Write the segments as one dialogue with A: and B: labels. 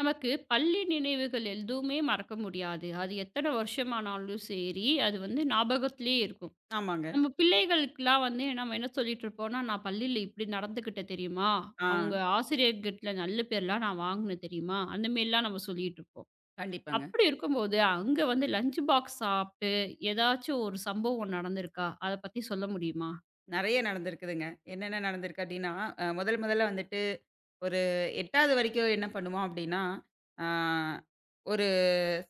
A: நமக்கு பள்ளி நினைவுகள் எதுவுமே மறக்க முடியாது. அது எத்தன வருஷமானாலும் சரி, அது வந்து ஞாபகத்திலேயே இருக்கும்.
B: ஆமாங்க.
A: நம்ம பிள்ளைகளுக்கெல்லாம் வந்து நம்ம என்ன சொல்லிட்டு இருப்போம்னா, "நான் பள்ளியில இப்படி நடந்துக்கிட்டேன் தெரியுமா?
B: ஆ.
A: அவங்க ஆசிரியர்கிட்ட நல்ல பேர்லாம் நான் வாங்கினேன் தெரியுமா?" அந்த மாரிலாம் நம்ம சொல்லிட்டு இருப்போம்.
B: கண்டிப்பாங்க.
A: அப்படி இருக்கும்போது, அங்க வந்து லஞ்ச் பாக்ஸ் சாப்பிட்டு ஏதாச்சும் ஒரு சம்பவம் நடந்திருக்கா? அத பத்தி சொல்ல முடியுமா?
B: நெறைய நடந்திருக்குதுங்க. என்னென்ன நடந்திருக்கு அப்டின்னா, முதல் முதல்ல வந்துட்டு ஒரு 8வது வரைக்கும் என்ன பண்ணுவோம் அப்டின்னா, ஆ ஒரு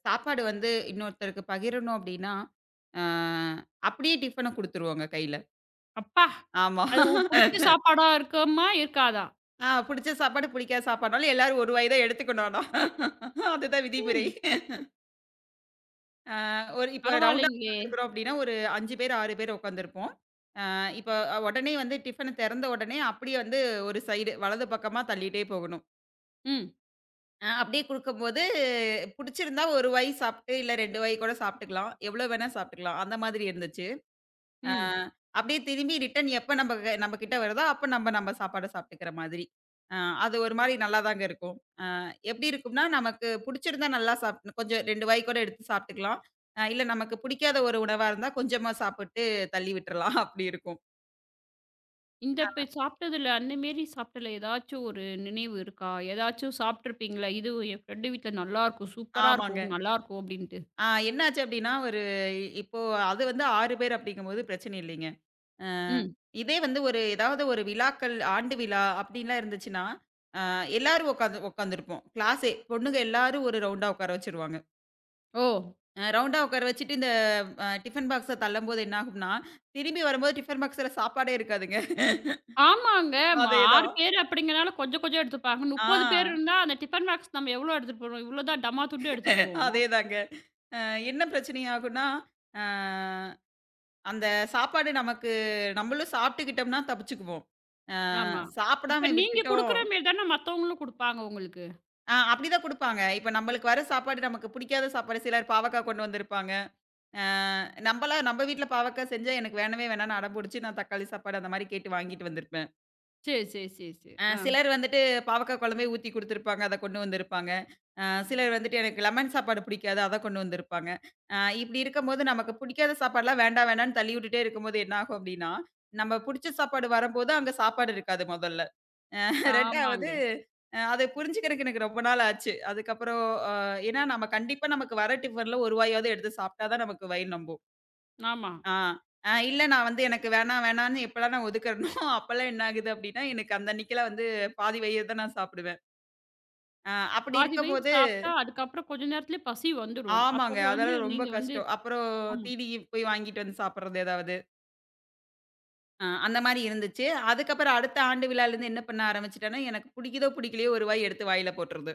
B: சாப்பாடு வந்து இன்னொருத்தருக்கு பகிரணும் அப்டின்னா, ஆ அப்டியே டிஃபன குடுத்துருவோங்க கையில.
A: அப்பா!
B: ஆமா.
A: அது உங்களுக்கு புடிச்ச சாப்பாடா இருக்குமா? இருக்காதா?
B: புடிச்ச சாப்பாடு, புடிக்காத சாப்பாடுனாலும் எல்லாரும் ஒரு வாய் தான் எடுத்துக்கணும் ஆனா. அதுதான் விதிமுறை.
A: ம்.
B: ஒரு இப்போ ரவுண்டா
A: பரவாயில்லைங்களே!
B: உட்காந்துருக்குறோம் அப்டின்னா, ஒரு 5 பேர், 6 பேர் உட்காந்துருப்போம். இப்ப உடனே வந்து டிஃபன திறந்த உடனே அப்படியே வந்து ஒரு சைடு வலது பக்கமா தள்ளிட்டே போகணும்.
A: ம்.
B: அப்படியே குடுக்கும்போது புடிச்சிருந்தா 1 வாய் சாப்பிட்டு, இல்ல 2 வாய் கூட சாப்பிட்டுக்கலாம். எவ்வளோ வேணா சாப்பிட்டுக்கலாம். அந்த மாதிரி இருந்துச்சு. அ
A: ம்.
B: அப்படியே திரும்பி ரிட்டர்ன் எப்ப நம்ம கிட்ட வருதோ, அப்ப நம்ம நம்ம சாப்பாட சாப்பிட்டுக்கிற மாதிரி. அ அது ஒரு மாரி நல்லாதாங்க இருக்கும். எப்படி இருக்கும்னா, நமக்கு புடிச்சிருந்தா நல்லா சாப்ட் கொஞ்சம் 2 வாய் கூட எடுத்து சாப்பிட்டுக்கலாம். இல்ல நமக்கு பிடிக்காத ஒரு உணவா இருந்தா கொஞ்சமா சாப்பிட்டு தள்ளி விட்டுறலாம். அப்படி இருக்கும்.
A: இந்த இப்ப சாப்பிட்டதுல அந்த மேரி சாப்பிட்டதுல ஏதாச்சும் ஒரு நினைவு இருக்கா? ஏதாச்சும் சாப்பிட்டுருப்பீங்களா? "இது என் ஃப்ரெண்டு வீட்ல நல்லாருக்கும். சூப்பரா
B: ஆமாங்க.
A: இருக்கும். நல்லாருக்கும்" அப்படின்ட்டு.
B: என்னாச்சு அப்டின்னா, ஒரு இப்போ அது வந்து 6 பேர் அப்டிங்கும்போது பிரச்சனை இல்லைங்க. அ
A: ம்.
B: இதே வந்து ஒரு ஏதாவது ஒரு விழாக்கள், ஆண்டு விழா அப்டின்லாம் இருந்துச்சுன்னா, அ எல்லாரும் உட்காந்துருப்போம். கிளாஸே பொண்ணுங்க எல்லாரும் ஒரு ரவுண்டா உட்கார வச்சுருவாங்க.
A: ஓ!
B: ரவுண்டா உட்கார வச்சுட்டு இந்த அ டிஃபன் பாக்ஸ தள்ளும்போது என்ன ஆகும்னா, திரும்பி வரும்போது டிஃபன் பாக்ஸ்ல சாப்பாடே இருக்காதுங்க.
A: ஆமாங்க. ம 6
B: அதேதான்.
A: பேர் அப்படிங்கிறனால கொஞ்சம் கொஞ்சம் எடுத்துப்பாங்க.
B: ஆ
A: 30 பேர் இருந்தா அந்த டிஃபன் பாக்ஸ் நம்ம எவ்வளோ எடுத்துட்டு போறோம்? இவ்வளோ தான் டமா துண்டு எடுத்துட்டு போவோம்.
B: அதேதாங்க. அ என்ன பிரச்சனை ஆகும்னா, அ அந்த சாப்பாடு நமக்கு நம்மளும் சாப்பிட்டுக்கிட்டோம்னா தப்பிச்சுக்குவோம். அ
A: ஆமா. இப்ப
B: சாப்பிடாம
A: நீங்க
B: விட்டுட்டோம்.
A: குடுக்குற மாரி தானே மத்தவங்களும் குடுப்பாங்க உங்களுக்கு.
B: அப்படிதான் குடுப்பாங்க. இப்ப நம்மளுக்கு வர சாப்பாடு நமக்கு பிடிக்காத சாப்பாடு சிலர் பாவக்கா கொண்டு வந்திருப்பாங்க. அ நம்பலாம் நம்ம வீட்ல பாவக்கா செஞ்சா எனக்கு வேணவே வேணாம்னு அடம் புடிச்சு நான் தக்காளி சாப்பாடு அந்த மாரி கேட்டு வாங்கிட்டு வந்திருப்பேன்.
A: சரி, சரி, சரி, சரி. ஆ.
B: சிலர் வந்துட்டு பாவக்கா குழம்பே ஊத்தி குடுத்துருப்பாங்க. அத கொண்டு வந்திருப்பாங்க. சிலர் வந்துட்டு எனக்கு லெமன் சாப்பாடு பிடிக்காது. அத கொண்டு வந்திருப்பாங்க. இப்படி இருக்கும்போது நமக்கு பிடிக்காத சாப்பாடுலாம் வேண்டாம் வேண்டான்னு தள்ளி விட்டுட்டே இருக்கும்போது என்ன ஆகும் அப்படின்னா, நம்ம புடிச்ச சாப்பாடு வரம்போது அங்க சாப்பாடு இருக்காது முதல்ல. 2வது
A: ஆமாங்க.
B: அத புரிஞ்சுக்கிறதுக்கு எனக்கு ரொம்ப நாள் ஆச்சு. அதுக்கப்புறம் அ ஏன்னா நம்ம கண்டிப்பா நமக்கு வர டிஃபன்ல ஒரு வாயாவது எடுத்து சாப்பிட்டா தான் நமக்கு வயிறு நொம்பும்.
A: ஆமா.
B: ஆ, ஆ இல்ல நான் வந்து எனக்கு வேணாம் வேணான்னு எப்பலாம் நான் ஒதுக்குறேனோ, அப்பலாம் என்ன ஆகுது அப்டின்னா, எனக்கு அந்த அன்னைக்கெல்லாம் வந்து பாதி வயிறு தான் நான் சாப்பிடுவேன். அ அப்படி
A: பாதி வயிறு
B: இருக்கும்போது
A: சாப்பிட்டா அதுக்கப்புறம் கொஞ்ச நேரத்திலயே பசி வந்துரும்.
B: ஆமாங்க.
A: அப்புறம் வந்து
B: அதெல்லாம் ரொம்ப
A: நீங்க வந்து
B: கஷ்டம். அப்புறம்
A: ஆமா.
B: தீனிக்கு போய் வாங்கிட்டு வந்து சாப்பிடுறது ஏதாவது. அந்த மாரி இருந்துச்சு. அதுக்கப்புறம் அடுத்த ஆண்டு விழாலருந்து என்ன பண்ண ஆரம்பிச்சுட்டேன்னா, எனக்கு புடிக்குதோ, புடிக்கலையோ ஒரு வாய் எடுத்து வாயில போட்டுறது.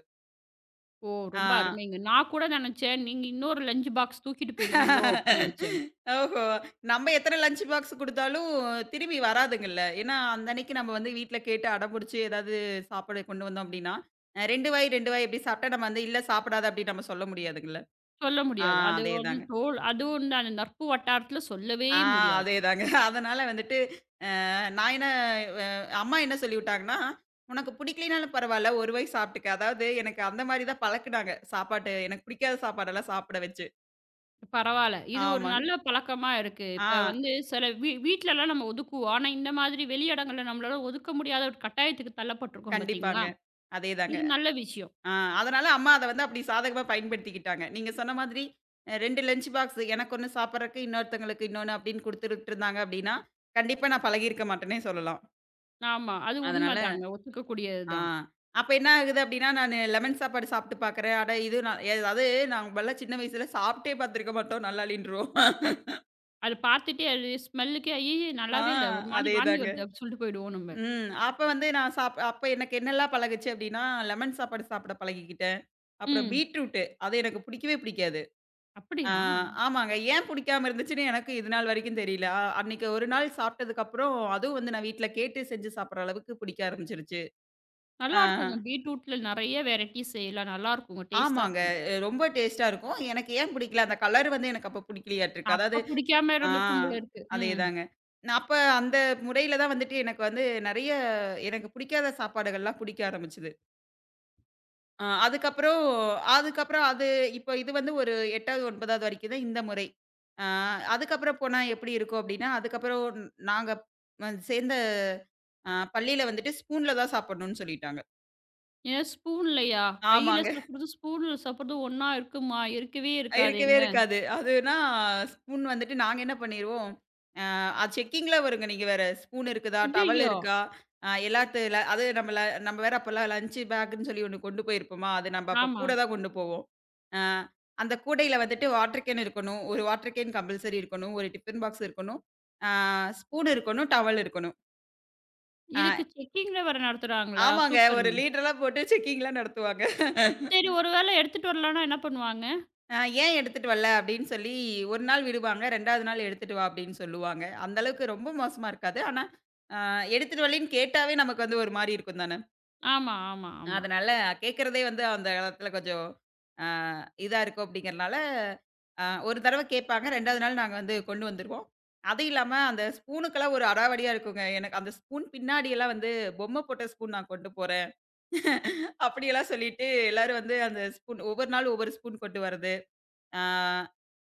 A: ஓ!
B: ஆ.
A: ரொம்ப அருமைங்க. நான் கூட நெனச்சேன், நீங்க இன்னொரு லஞ்ச் பாக்ஸ் தூக்கிட்டு போயிடுவீங்களோ அப்படின்னு நெனச்சேன்.
B: ஓஹோ! நம்ம எத்தன லஞ்ச் பாக்ஸ் குடுத்தாலும் திரும்பி வராதுங்கல்ல. ஏன்னா, அந்த அன்னைக்கு நம்ம வந்து வீட்ல கேட்டு அடம்புடிச்சு ஏதாவது சாப்பாடு கொண்டு வந்தோம் அப்டின்னா, 2 வாய் 2 வாய் இப்டி சாப்ட்டா நம்ம வந்து இல்ல சாப்பிடாத அப்டி நம்ம சொல்ல முடியாதுங்கல்ல.
A: சொல்ல
B: ஆ
A: முடியாது. அது வந்து
B: அதேதாங்க.
A: தோல் அதுவும் அந்த நட்பு வட்டாரத்தில சொல்லவே
B: ஆ
A: முடியாது.
B: அதேதாங்க. அதனால வந்துட்டு அ நான் என்ன அ அம்மா என்ன சொல்லிவிட்டாங்கன்னா, "உனக்கு பிடிக்கலைனாலும் பரவால்ல, ஒரு வாய் சாப்ட்டுக்க." அதாவது எனக்கு அந்த மாரி தான் பழக்குனாங்க. சாப்பாட்டு எனக்கு பிடிக்காத சாப்பாடெல்லாம் சாப்பிட வச்சு.
A: பரவால்ல. இது ஒரு
B: ஆமாங்க.
A: நல்ல பழக்கமா இருக்கு.
B: ஆ
A: இப்ப வந்து சில வீட்லலாம் நம்ம ஒதுக்குவோம். ஆனா, இந்த மாதிரி வெளி இடங்கள்ல நம்மளால ஒதுக்க முடியாத ஒரு கட்டாயத்துக்கு தள்ளப்பட்டுருக்கோம் பார்த்தீங்களா?
B: கண்டிப்பாங்க. அதேதாங்க.
A: இது நல்ல விஷயம்.
B: ஆ அதனால அம்மா அத வந்து அப்படி சாதகமா பயன்படுத்திக்கிட்டாங்க. நீங்க சொன்ன மாதிரி 2 லஞ்ச் பாக்ஸ் எனக்கு ஒண்ணு சாப்பிடுறக்கு, இன்னொருத்தங்களுக்கு இன்னொன்னு அப்படின்னு குடுத்துட்டுருந்தாங்க அப்படின்னா, கண்டிப்பா நான் பழகியிருக்க மாட்டேன்னே சொல்லலாம்.
A: ஆமா. அது
B: அதனால
A: உண்மைதாங்க. ஒத்துக்கக்கூடியது
B: ஆ
A: தான்.
B: அப்ப என்ன ஆகுது அப்படின்னா, நானு லெமன் சாப்பாடு சாப்பிட்டு பார்க்குறேன். அட இது நான் அதாவது நாங்கலாம் சின்ன வயசுல சாப்பிட்டே பார்த்துருக்க மாட்டோம். நல்லால்லின்றுவோம்.
A: அத பார்த்துட்டே அது ஸ்மெல்லுக்கே, "ஐயய்ய!
B: ஆ
A: நல்லாவே இல்ல. ஒரு மாரி வாந்தி
B: அதேதாங்க.
A: வருது" அப்படின்னு சொல்லிட்டு போயிடுவோம் நம்ம.
B: ம். அப்ப வந்து நான் சாப் அப்ப எனக்கு என்னெல்லாம் பழகுச்சு அப்படின்னா, லெமன் சாப்பாடு சாப்பிட பழகிக்கிட்டேன். அப்புறம்
A: ம்.
B: பீட்ரூட் அது எனக்கு பிடிக்கவே பிடிக்காது. ஆ,
A: அப்படியா?
B: ஆமாங்க. ஏன் புடிக்காம இருந்துச்சுன்னு எனக்கு இது நாள் வரைக்கும் தெரியல. அன்னைக்கு ஒரு நாள் சாப்பிட்டதுக்கப்புறம், அதுவும் வந்து நான் வீட்ல கேட்டு செஞ்சு சாப்பிடுற அளவுக்கு பிடிக்க ஆரம்பிச்சுருச்சு. ஆ,
A: நல்லாருக்குங்க. பீட்ரூட்ல நெறைய வெரைட்டி செய்யலாம். நல்லாருக்குங்க. டேஸ்ட்டா
B: ஆமாங்க.
A: இருக்குங்க.
B: ரொம்ப டேஸ்ட்டா இருக்கும். எனக்கு ஏன் பிடிக்கல, அந்த கலர் வந்து எனக்கு அப்ப பிடிக்கலையாட்டுருக்கு. அதாவது
A: அப்ப பிடிக்காம
B: ஆ
A: இருந்திருக்கும் போல இருக்கு. ம்.
B: அதேதாங்க. நான் அப்ப அந்த முறையில தான் வந்துட்டு எனக்கு வந்து நெறைய எனக்கு பிடிக்காத சாப்பாடுகள்லாம் பிடிக்க ஆரம்பிச்சது. அ அதுக்கப்புறம் அதுக்கப்புறம் அது இப்ப இது வந்து ஒரு 8வது, 9வது வரைக்கும் தான் இந்த முறை. அ அதுக்கப்புறம் போனா எப்படி இருக்கும் அப்படின்னா, அதுக்கப்புறம் நாங்க சேர்ந்த பள்ளியில வந்துட்டு ஸ்பூன்ல தான் சாப்பிடணும்னு சொல்லிட்டாங்க.
A: ஏன் ஸ்பூன்லயா? கையில
B: ஆமாங்க.
A: சாப்பிடுறதும், ஸ்பூன்ல சாப்பிடுறதும் ஒண்ணா இருக்குமா? இருக்கவே
B: இருக்கவே
A: இருக்காதேங்க.
B: இருக்காது. அதுனா ஸ்பூன் வந்துட்டு நாங்க என்ன பண்ணிருவோம் அது செக்கிங்ல வருங்க. நீங்க வேற ஸ்பூன் இருக்குதா? டவல்
A: ஐய்யய்யோ!
B: இருக்கா? எல்லாத்துல அது நம்ம வேற அப்பலாம் லஞ்ச் பேக்குன்னு சொல்லி ஒண்ணு கொண்டு போயிருப்போமா, அது நம்ம அப்ப
A: ஆமா.
B: கூட தான் கொண்டு போவோம். அ அந்த கூடையில வந்துட்டு வாட்டர் கேன் இருக்கணும். 1 வாட்டர் கேன் கம்பல்சரி இருக்கணும். 1 டிஃபன் பாக்ஸ் இருக்கணும். அ ஸ்பூன் இருக்கணும். டவல் இருக்கணும்.
A: இதுக்கு
B: அ
A: செக்கிங்ல வேற நடத்துறாங்களா?
B: ஆமாங்க. ஒரு
A: சூப்பருங்க.
B: லீடர்லாம் போட்டு செக்கிங்லாம் நடத்துவாங்க.
A: சரி ஒரு வேள எடுத்துட்டு வரலன்னா என்ன பண்ணுவாங்க?
B: "ஏன் எடுத்துட்டு வரல?" அப்படின்னு சொல்லி 1 நாள் விடுவாங்க. 2வது நாள் எடுத்துட்டு வா அப்படின்னு சொல்லுவாங்க. அந்த அளவுக்கு ரொம்ப மோசமா இருக்காது. ஆனா, அ எடுத்துட்டு வரலன்னு கேட்டாவே நமக்கு வந்து ஒரு மாரி இருக்கும் தானே.
A: ஆமா, ஆமா, ஆமா.
B: அதனால கேட்கறதே வந்து அந்த காலத்துல கொஞ்சம் அ இதா இருக்கும் அப்படிங்கிறனால, அ 1 தடவ கேட்பாங்க. 2வது நாள் நாங்க வந்து கொண்டு வந்துருவோம். அது இல்லாம அந்த ஸ்பூனுக்கெல்லாம் ஒரு அடாவடியா இருக்குங்க. எனக்கு அந்த ஸ்பூன் பின்னாடியெல்லாம் வந்து பொம்மை போட்ட ஸ்பூன் நான் கொண்டு போறேன். அப்படியெல்லாம் சொல்லிட்டு எல்லாரும் வந்து அந்த ஸ்பூன் ஒவ்வொரு நாள் ஒவ்வொரு ஸ்பூன் கொண்டு வரது. ஆ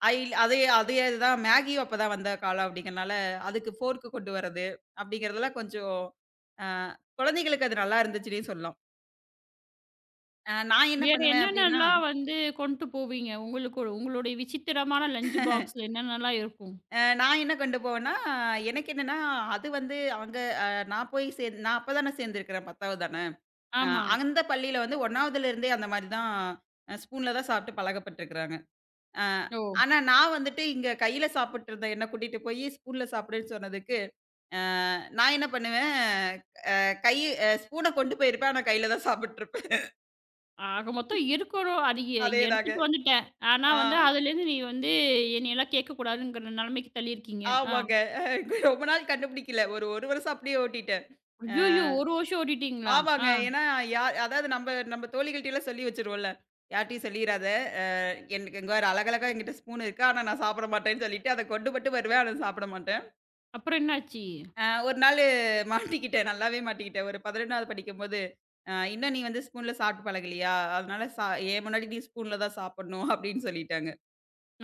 B: அயில் அதே அதே இதுதான் மேகியும் அப்பதான் வந்த காலம் அப்படிங்கிறனால, அதுக்கு ஃபோர்க்கு கொண்டு வரது அப்படிங்கிறதெல்லாம் கொஞ்சம் அ குழந்தைகளுக்கு அது நல்லா இருந்துச்சுன்னே சொல்லலாம். அ நான் என்ன
A: வேற
B: பண்ணுவேன் அப்படின்னா,
A: என்னென்னலாம் வந்து கொண்டு போவீங்க? உங்களுக்கு உங்களுடைய விசித்திரமான லஞ்ச் பாக்ஸ்ல என்னென்னலாம் இருக்கும்?
B: அ நான் என்ன கொண்டு போவேன்னா, எனக்கு என்னன்னா அது வந்து அங்க அ நான் போய் சேந் நான் அப்ப தானே சேர்ந்திருக்கிறேன் 10வது தானே. அ
A: ஆமா.
B: அந்த பள்ளியில வந்து 1வதுல இருந்தே அந்த மாரி தான் ஸ்பூன்ல தான் சாப்பிட்டு பழக்கப்பட்டுருக்கிறாங்க. அ
A: ஓ!
B: ஆனா நான் வந்துட்டு இங்க கையில சாப்பிட்டுருந்தேன். என்ன கூட்டிட்டு போய் ஸ்பூன்ல சாப்பிடுன்னு சொன்னதுக்கு அ நான் என்ன பண்ணுவேன், அ கை அ ஸ்பூன கொண்டு போயிருப்பேன். ஆனா கையில தான் சாப்பிட்டுருப்பேன்.
A: ஆக மொத்தம் இருக்கணும். அது எ
B: அதேதாங்க.
A: எடுத்துட்டு வந்துட்டேன். ஆனா வந்து
B: ஆ
A: அதுலேருந்து நீ வந்து என்னையெல்லாம் கேட்கக்கூடாதுங்கிற நெலைமைக்கு தள்ளியிருக்கீங்க. ஆ.
B: ஆமாங்க. ரொம்ப நாள் கண்டுபிடிக்கல. ஒரு 1 வருஷம் அப்படியே ஓட்டிட்டேன். அ
A: ஐய்யய்யோ! 1 வருஷம் ஓட்டிட்டீங்களா? ஆ.
B: ஆமாங்க. ஏன்னா யார் அதாவது நம்ப நம்ப தோழிகள்ட்டலாம் சொல்லி வச்சுருவோம்ல. யார்ட்டயும் சொல்லிறாத. அ எனக்கு இங்க பாரு அழகழகா என்கிட்ட ஸ்பூன் இருக்கு. ஆனா நான் சாப்பிட மாட்டேன்னு சொல்லிட்டு அத கொண்டு மட்டும் வருவேன். ஆனா சாப்பிட மாட்டேன்.
A: அப்புறம் என்னாச்சு?
B: ஒரு நாளு மாட்டிக்கிட்டேன். நல்லாவே மாட்டிக்கிட்டேன். ஒரு 11வது படிக்கும்போது, "இன்னும் நீ வந்து ஸ்பூன்ல சாப்பிட்டு பழகலையா? அதனால சா என் முன்னாடி நீ ஸ்பூன்ல தான் சாப்பிடணும்" அப்படின்னு சொல்லிட்டாங்க.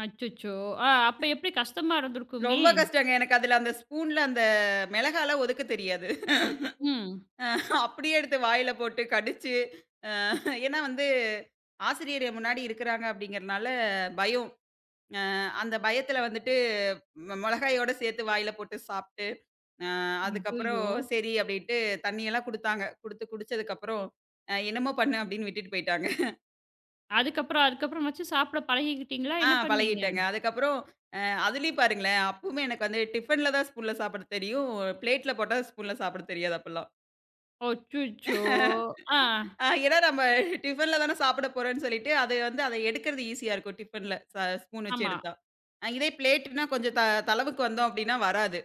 A: அச்சச்சோ! ஆ அப்ப எப்படி கஷ்டமா இருந்திருக்குமே!
B: ரொம்ப கஷ்டங்க. எனக்கு அதுல அந்த ஸ்பூன்ல அந்த மிளகாலாம் ஒதுக்க தெரியாது.
A: ம்.
B: அப்படியே எடுத்து வாயில போட்டு கடிச்சு, அ ஏன்னா வந்து ஆசிரியர் என் முன்னாடி இருக்கிறாங்க அப்படிங்கிறனால பயம். அ அந்த பயத்துல வந்துட்டு மிளகாயோட சேர்த்து வாயில போட்டு சாப்ட்டு, அ அதுக்கப்புறம்
A: ஐய்யய்யோ!
B: சரி அப்படின்ட்டு தண்ணியெல்லாம் குடுத்தாங்க. குடுத்து குடிச்சதுக்கப்புறம், "என்னமோ பண்ணு" அப்படின்னு விட்டுட்டு போயிட்டாங்க.
A: அதுக்கப்புறம் அதுக்கப்புறமாச்சும் சாப்பிட பழகிக்கிட்டீங்களா? என்ன பண்ணீங்க?
B: பழகிட்டேங்க. அதுக்கப்புறம் அ அதுலயும் பாருங்களேன், அப்பவுமே எனக்கு வந்து டிஃபன்ல தான் ஸ்பூன்ல சாப்பிட தெரியும். பிளேட்ல போட்டா ஸ்பூன்ல சாப்பிட தெரியாது அப்பல்லாம்.
A: அச்சச்சோ! ஆ.
B: ஏன்னா நம்ம டிஃபன்ல தானே சாப்பிட போறோம்ன்னு சொல்லிட்டு, அது வந்து அத எடுக்கிறது ஈஸியா இருக்கும் டிஃபன்ல. ஸ்பூன் வச்சு
A: ஆமா.
B: எடுத்தா. இதே பிளேட்னா கொஞ்சம் தளவுக்கு வந்தோம் அப்படின்னா வராது.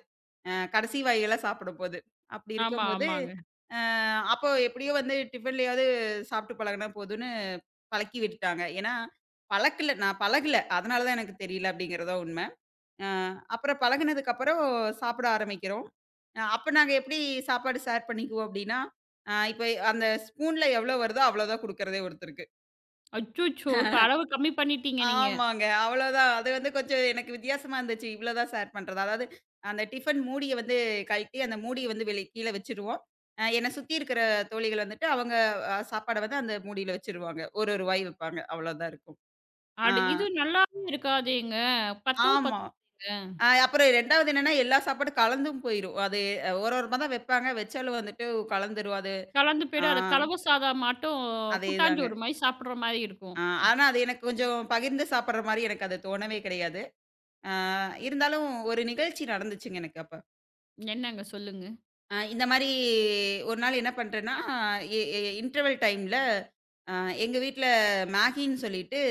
B: கடைசி வாயிலா சாப்பிடும்போது. அப்படி
A: ஆமா,
B: இருக்கும்போது,
A: ஆமாங்க.
B: அ அப்போ எப்படியோ வந்து டிஃபன்லயாவது சாப்பிட்டு பழகுனா போதும்ன்னு பழக்கி விட்டுட்டாங்க. ஏன்னா, பழக்கல நான் பழகல. அதனால தான் எனக்கு தெரியல அப்படிங்கிறதுதான் உண்ம. அ அப்புறம் பழகுனதுக்கு அப்புறம் சாப்பிட ஆரம்பிக்கிறோம். அப்ப நாங்க எப்படி சாப்பாடு ஷேர் பண்ணிக்குவோம் அப்படின்னா, அ இப்ப அந்த ஸ்பூன்ல எவ்வளோ வருதோ அவ்வளோதான் குடுக்குறதே ஒருத்தருக்கு.
A: அச்சச்சோ! இப்ப அளவு கம்மி பண்ணிட்டீங்க நீங்க.
B: ஆமாங்க. அவ்வளோதான். அது வந்து கொஞ்சம் எனக்கு வித்தியாசமா இருந்துச்சு. இவ்வளோ தான் ஷேர் பண்றது. அதாவது அந்த டிஃபன் மூடிய வந்து கழட்டி அந்த மூடிய வந்து வெளி கீழ வச்சுருவோம். என்னை சுத்தி இருக்கிற தோழிகள் வந்துட்டு அவங்க சாப்பாட வந்து அந்த மூடியில வச்சுருவாங்க. ஒரு ரூவாய் வைப்பாங்க. அவ்வளோதான் இருக்கும். ஆ.
A: அட இது நல்லாவே இருக்காதேங்க. பத்தவும்
B: ஆமா.
A: பத்தாதுங்க.
B: அப்புறம் 2வது என்னன்னா, எல்லா சாப்பாடும் கலந்தும் போயிரும். அது ஒரு ஓரமா தான் வைப்பாங்க. வச்சாலும் வந்துட்டு கலந்துரும். அது
A: கலந்து
B: ஆ
A: போயிடும். அது கலவு சாதம் மாட்டும்
B: அதேதாங்க.
A: கூட்டாஞ்சோறு மாரி சாப்பிடுற மாரி இருக்கும்.
B: ஆ ஆனா அது எனக்கு கொஞ்சம் பகிர்ந்து சாப்பிடுற மாரி எனக்கு அது தோணவே கிடையாது. ஆ இருந்தாலும் ஒரு நிகழ்ச்சி நடந்துச்சுங்க எனக்கு அப்ப.
A: என்னங்க சொல்லுங்க?
B: இந்த மாரி ஒரு நாள் என்ன பண்றேன்னா, எ எ இன்டர்வல் டைம்ல அ எங்க வீட்ல மேகின்னு சொல்லிட்டு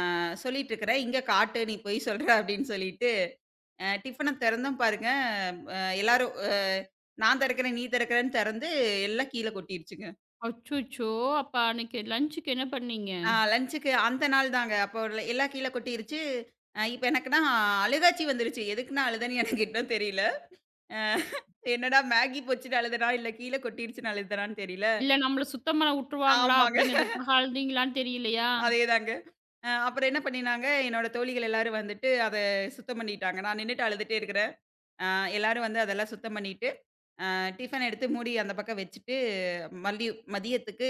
B: சொல்லிட்டு இருக்கிறேன். இங்க காட்டு நீ பொய் சொல்ற அப்படின்னு சொல்லிட்டு டிஃபன தெறந்தும் பாருங்க, அ எல்லாரும் அ நான் தெறக்கிறேன், நீ தெறக்கிறேன்னு தெறந்து எல்லாம் கீழ கொட்டிருச்சுங்க.
A: அச்சச்சோ! அப்ப அன்னைக்கு லஞ்சுக்கு என்ன பண்ணீங்க?
B: லஞ்சுக்கு அந்த நாள் தாங்க. அப்போ எல்லாம் கீழ கொட்டிருச்சு. இப்ப எனக்குன்னா அழுகாச்சி வந்துருச்சு. எதுக்கு நான் அழுதேன்னு எனக்கு இன்னும் தெரியல. அ என்னடா மேகி போச்சுன்னு அழுதனா? இல்ல கீழ கொட்டிருச்சுன்னு அழுதனான்னு தெரியல.
A: இல்ல நம்மள சுத்தம் பண்ண உட்டுருவாங்களா?
B: ஆமாங்க.
A: அப்படிங்கிறதுக்காக அழுதீங்களான்னு தெரியலையா?
B: அதேதாங்க. அப்புறம் என்ன பண்ணினாங்க, என்னோட தோழிகள் எல்லாரும் வந்துட்டு அத சுத்தம் பண்ணிட்டாங்க. நான் நின்னுட்டு அழுதுட்டே இருக்கிறேன். அ எல்லாரும் வந்து அதெல்லாம் சுத்தம் பண்ணிட்டு அ டிஃபன் எடுத்து மூடி அந்த பக்கம் வச்சுட்டு, மல்லி மதியத்துக்கு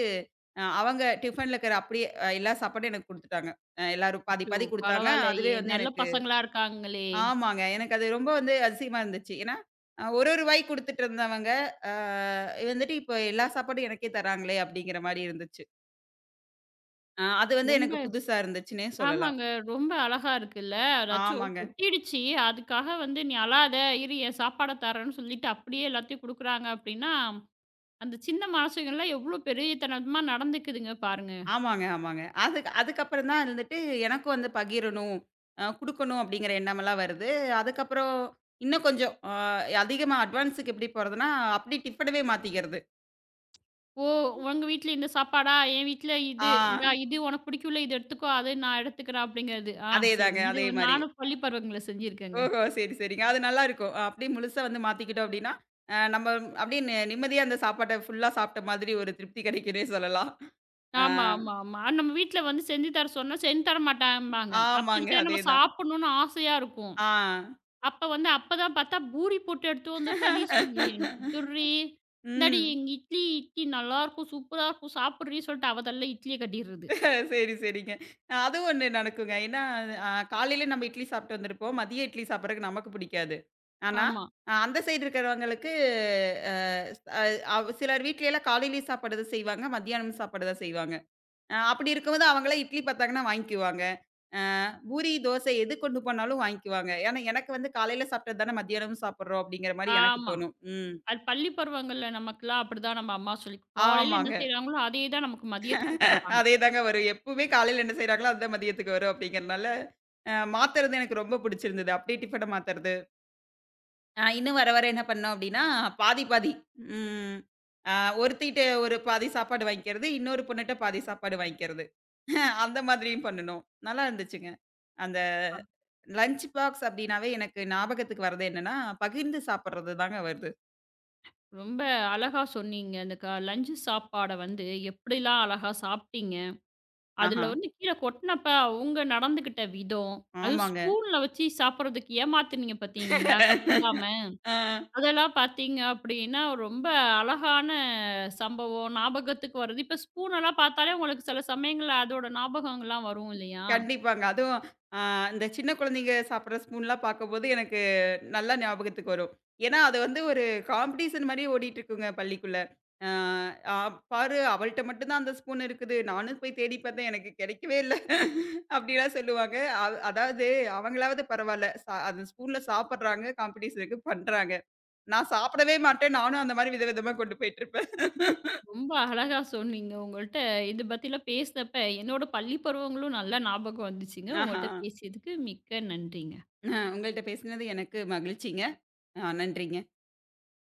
B: அவங்க டிஃபன்ல இருக்கிற அப்படியே எல்லா சாப்பாடும் எனக்கு குடுத்துட்டாங்க. எல்லாரும் பாதி
A: அச்சோ!
B: பாதி குடுத்தாங்க. அதுவே
A: பரவாயில்லயே!
B: வந்து
A: நல்ல
B: எனக்கு
A: பசங்களா இருக்காங்களே!
B: ஆமாங்க. எனக்கு அது ரொம்ப வந்து அதிசயமா இருந்துச்சு. ஏன்னா, அ ஒரு ஒரு வாய் குடுத்துட்டு இருந்தவங்க, அ வந்துட்டு இப்போ எல்லா சாப்பாடும் எனக்கே தராங்களே! அப்படிங்கிற மாரி இருந்துச்சு. அது வந்து எனக்கு
A: ரொம்ப
B: புதுசா இருந்துச்சுன்னே சொல்லலாம்.
A: ஆமாங்க. ரொம்ப அழகா இருக்குல்ல. அதாச்சும்
B: ஆமாங்க.
A: கொட்டிடுச்சு. அதுக்காக வந்து "நீ அழாத, இரு என் சாப்பாட தரேன்னு" சொல்லிட்டு அப்படியே எல்லாத்தையும் குடுக்குறாங்க அப்படின்னா, அந்த சின்ன மனசுங்கலாம் எவ்வளோ பெரியத்தனமா நடந்துக்குதுங்க பாருங்க.
B: ஆமாங்க, ஆமாங்க. அதுக்கு அதுக்கப்புறம் தான் இருந்துட்டு எனக்கும் வந்து பகிரணும், குடுக்கணும் அப்படிங்கிற எண்ணமெல்லாம் வருது. அதுக்கப்புறம் இன்னும் கொஞ்சம் அதிகமா அட்வான்ஸுக்கு எப்படி போறதுன்னா, அப்படி டிஃபனவே மாத்திக்கிறது.
A: ஓ! உங்க வீட்ல இந்த சாப்பாடா? என் வீட்ல
B: ஆ
A: இது. இந்தா இது உனக்கு பிடிக்கும்ல, இது எடுத்துக்கோ. அது நான் எடுத்துக்கிறேன் அப்படிங்கிறது. ஆ சரி.
B: அதேதாங்க,
A: இது
B: அதே மாரி.
A: நானும் பள்ளி பருவங்கள்ல செஞ்சிருக்கேங்க.
B: ஓஹோ! சரி, சரிங்க. அது நல்லாருக்கும். அப்படியே முழுசா வந்து மாத்திக்கிட்டோம் அப்படின்னா, நம்ம அப்படியே நிம்மதியா அந்த சாப்பாட்ட ஃபுல்லா சாப்பிட்ட மாதிரி ஒரு திருப்தி கிடைக்குன்னே சொல்லலாம். ஆ
A: ஆமா, ஆமா, ஆமா. அது நம்ம வீட்ல வந்து செஞ்சு தர சொன்னா செஞ்சு தர மாட்டாம்பாங்க.
B: ஆமாங்க,
A: அப்போதைக்கு தான் நம்ம
B: அதேதான்.
A: சாப்பிடணும்னு ஆசையா இருக்கும்.
B: ஆ.
A: அப்ப வந்து அப்பதான் பார்த்தா பூரி போட்டு எடுத்துட்டு வந்துருக்க நீ சொல் "ஏய் எனக்கு குடுத்துட்றி. இந்தாடி
B: ம்.
A: எங்க இட்லி இட்லி நல்லாருக்கும். சூப்பரா இருக்கும். சாப்பிட்றி" சொல்லிட்டு அவ தலையில இட்லிய கட்டிர்றது.
B: சரி, சரிங்க. அது ஒண்ணு நடக்குங்க. ஏன்னா, காலையில நம்ம இட்லி சாப்பிட்டு வந்திருப்போம். மதியம் இட்லி சாப்பிடுறதுக்கு நமக்கு பிடிக்காது. ஆனா,
A: ஆமா,
B: அந்த சைடு இருக்கிறவங்களுக்கு அ அ அவ் சிலர் வீட்லலாம் காலையிலயும் சாப்பாடு தான் செய்வாங்க. மத்தியானமும் சாப்பாடு தான் செய்வாங்க. அப்படி இருக்கும்போது அவங்கலாம் இட்லி பார்த்தாங்கன்னா வாங்கிக்குவாங்க. அ பூரி, தோசை எது கொண்டு போனாலும் வாங்கிக்குவாங்க. ஏன்னா, எனக்கு வந்து காலையில சாப்பிட்டது தானே மத்தியானமும் சாப்பிடுறோம் அப்படிங்கிற மாரி எனக்கு
A: ஆமா.
B: தோணும். ம்.
A: அது பள்ளி பருவங்கள்ல நமக்கெல்லாம் அப்படிதான் நம்ம அம்மா சொல்லி காலையில என்ன
B: ஆமாங்க.
A: செய்றாங்களோ, அதே தான் நமக்கு மதியத்துக்கும் குடுப்பாங்க.
B: அதே தாங்க வரும். எப்பவுமே காலையில என்ன செய்றாங்களோ, அதுதான் மதியத்துக்கு வரும் அப்படிங்கிறனால மாத்துறது எனக்கு ரொம்ப பிடிச்சிருந்தது. அப்படியே டிஃபன மாத்துறது. இன்னும் வர வர என்ன பண்ணோம் அப்படின்னா, பாதி பாதி. ம். அ ஒருத்திட்ட ஒரு பாதி சாப்பாடு வாங்கிக்கிறது, இன்னொரு பொண்ணுட்ட பாதி சாப்பாடு வாங்கிக்கிறது. அந்த மாதிரியும் பண்ணுனோம். நல்லா இருந்துச்சுங்க. அந்த லஞ்ச் பாக்ஸ் அப்படின்னாவே எனக்கு ஞாபகத்துக்கு வர்றது என்னன்னா, பகிர்ந்து சாப்பிடுறது தாங்க வருது.
A: ரொம்ப அழகா சொன்னீங்க. அந்த லஞ்ச் சாப்பாட வந்து எப்படிலாம் அழகா சாப்பிட்டீங்க.
B: ஆஹா.
A: அதுல வந்து கீழ கொட்டினப்ப அவங்க நடந்துக்கிட்ட விதம், அதுவும்
B: ஆமாங்க.
A: ஸ்பூன்ல வச்சு சாப்பிடுறதுக்கு ஏமாத்துனீங்க பார்த்தீங்களா? கத்துக்காம.
B: ஆ.
A: அதெல்லாம் பார்த்தீங்க அப்படின்னா, ரொம்ப அழகான சம்பவம் ஞாபகத்துக்கு வருது. இப்ப ஸ்பூன் எல்லாம் பார்த்தாலே உங்களுக்கு சில சமயங்கள்ல அதோட ஞாபகங்கள்லாம் வரும் இல்லையா?
B: கண்டிப்பாங்க. அதுவும் அ இந்த சின்ன குழந்தைங்க சாப்பிடுற ஸ்பூன்லாம் பார்க்கும்போது எனக்கு நல்லா ஞாபகத்துக்கு வரும். ஏன்னா, அது வந்து ஒரு காம்படிஷன் மாரியே ஓடிட்டுருக்குங்க பள்ளிக்குள்ள. அ "அ பாரு அவள்ட்ட மட்டும் தான் அந்த ஸ்பூன் இருக்குது. நானும் போய் தேடி பார்த்தேன். எனக்கு கெடைக்கவே இல்ல." அப்படிலாம் சொல்லுவாங்க. அது அதாவது அவங்களாவது பரவால்ல. அந்த ஸ்பூன்ல சாப்பிடுறாங்க, காம்படிஷனுக்கு பண்றாங்க. நான் சாப்பிடவே மாட்டேன். நானும் அந்த மாரி விதவிதமா கொண்டு போயிட்டுருப்பேன்.
A: ரொம்ப அழகா சொன்னீங்க. உங்கள்ட்ட இது பத்திலாம் பேசினப்ப, என்னோட பள்ளி பருவங்களும் நல்லா ஞாபகம் வந்துச்சுங்க.
B: ஆஹா.
A: உங்கள்ட்ட பேசியதுக்கு மிக்க நன்றிங்க.
B: உங்கள்ட்ட பேசினது எனக்கு மகிழ்ச்சிங்க. நன்றிங்க.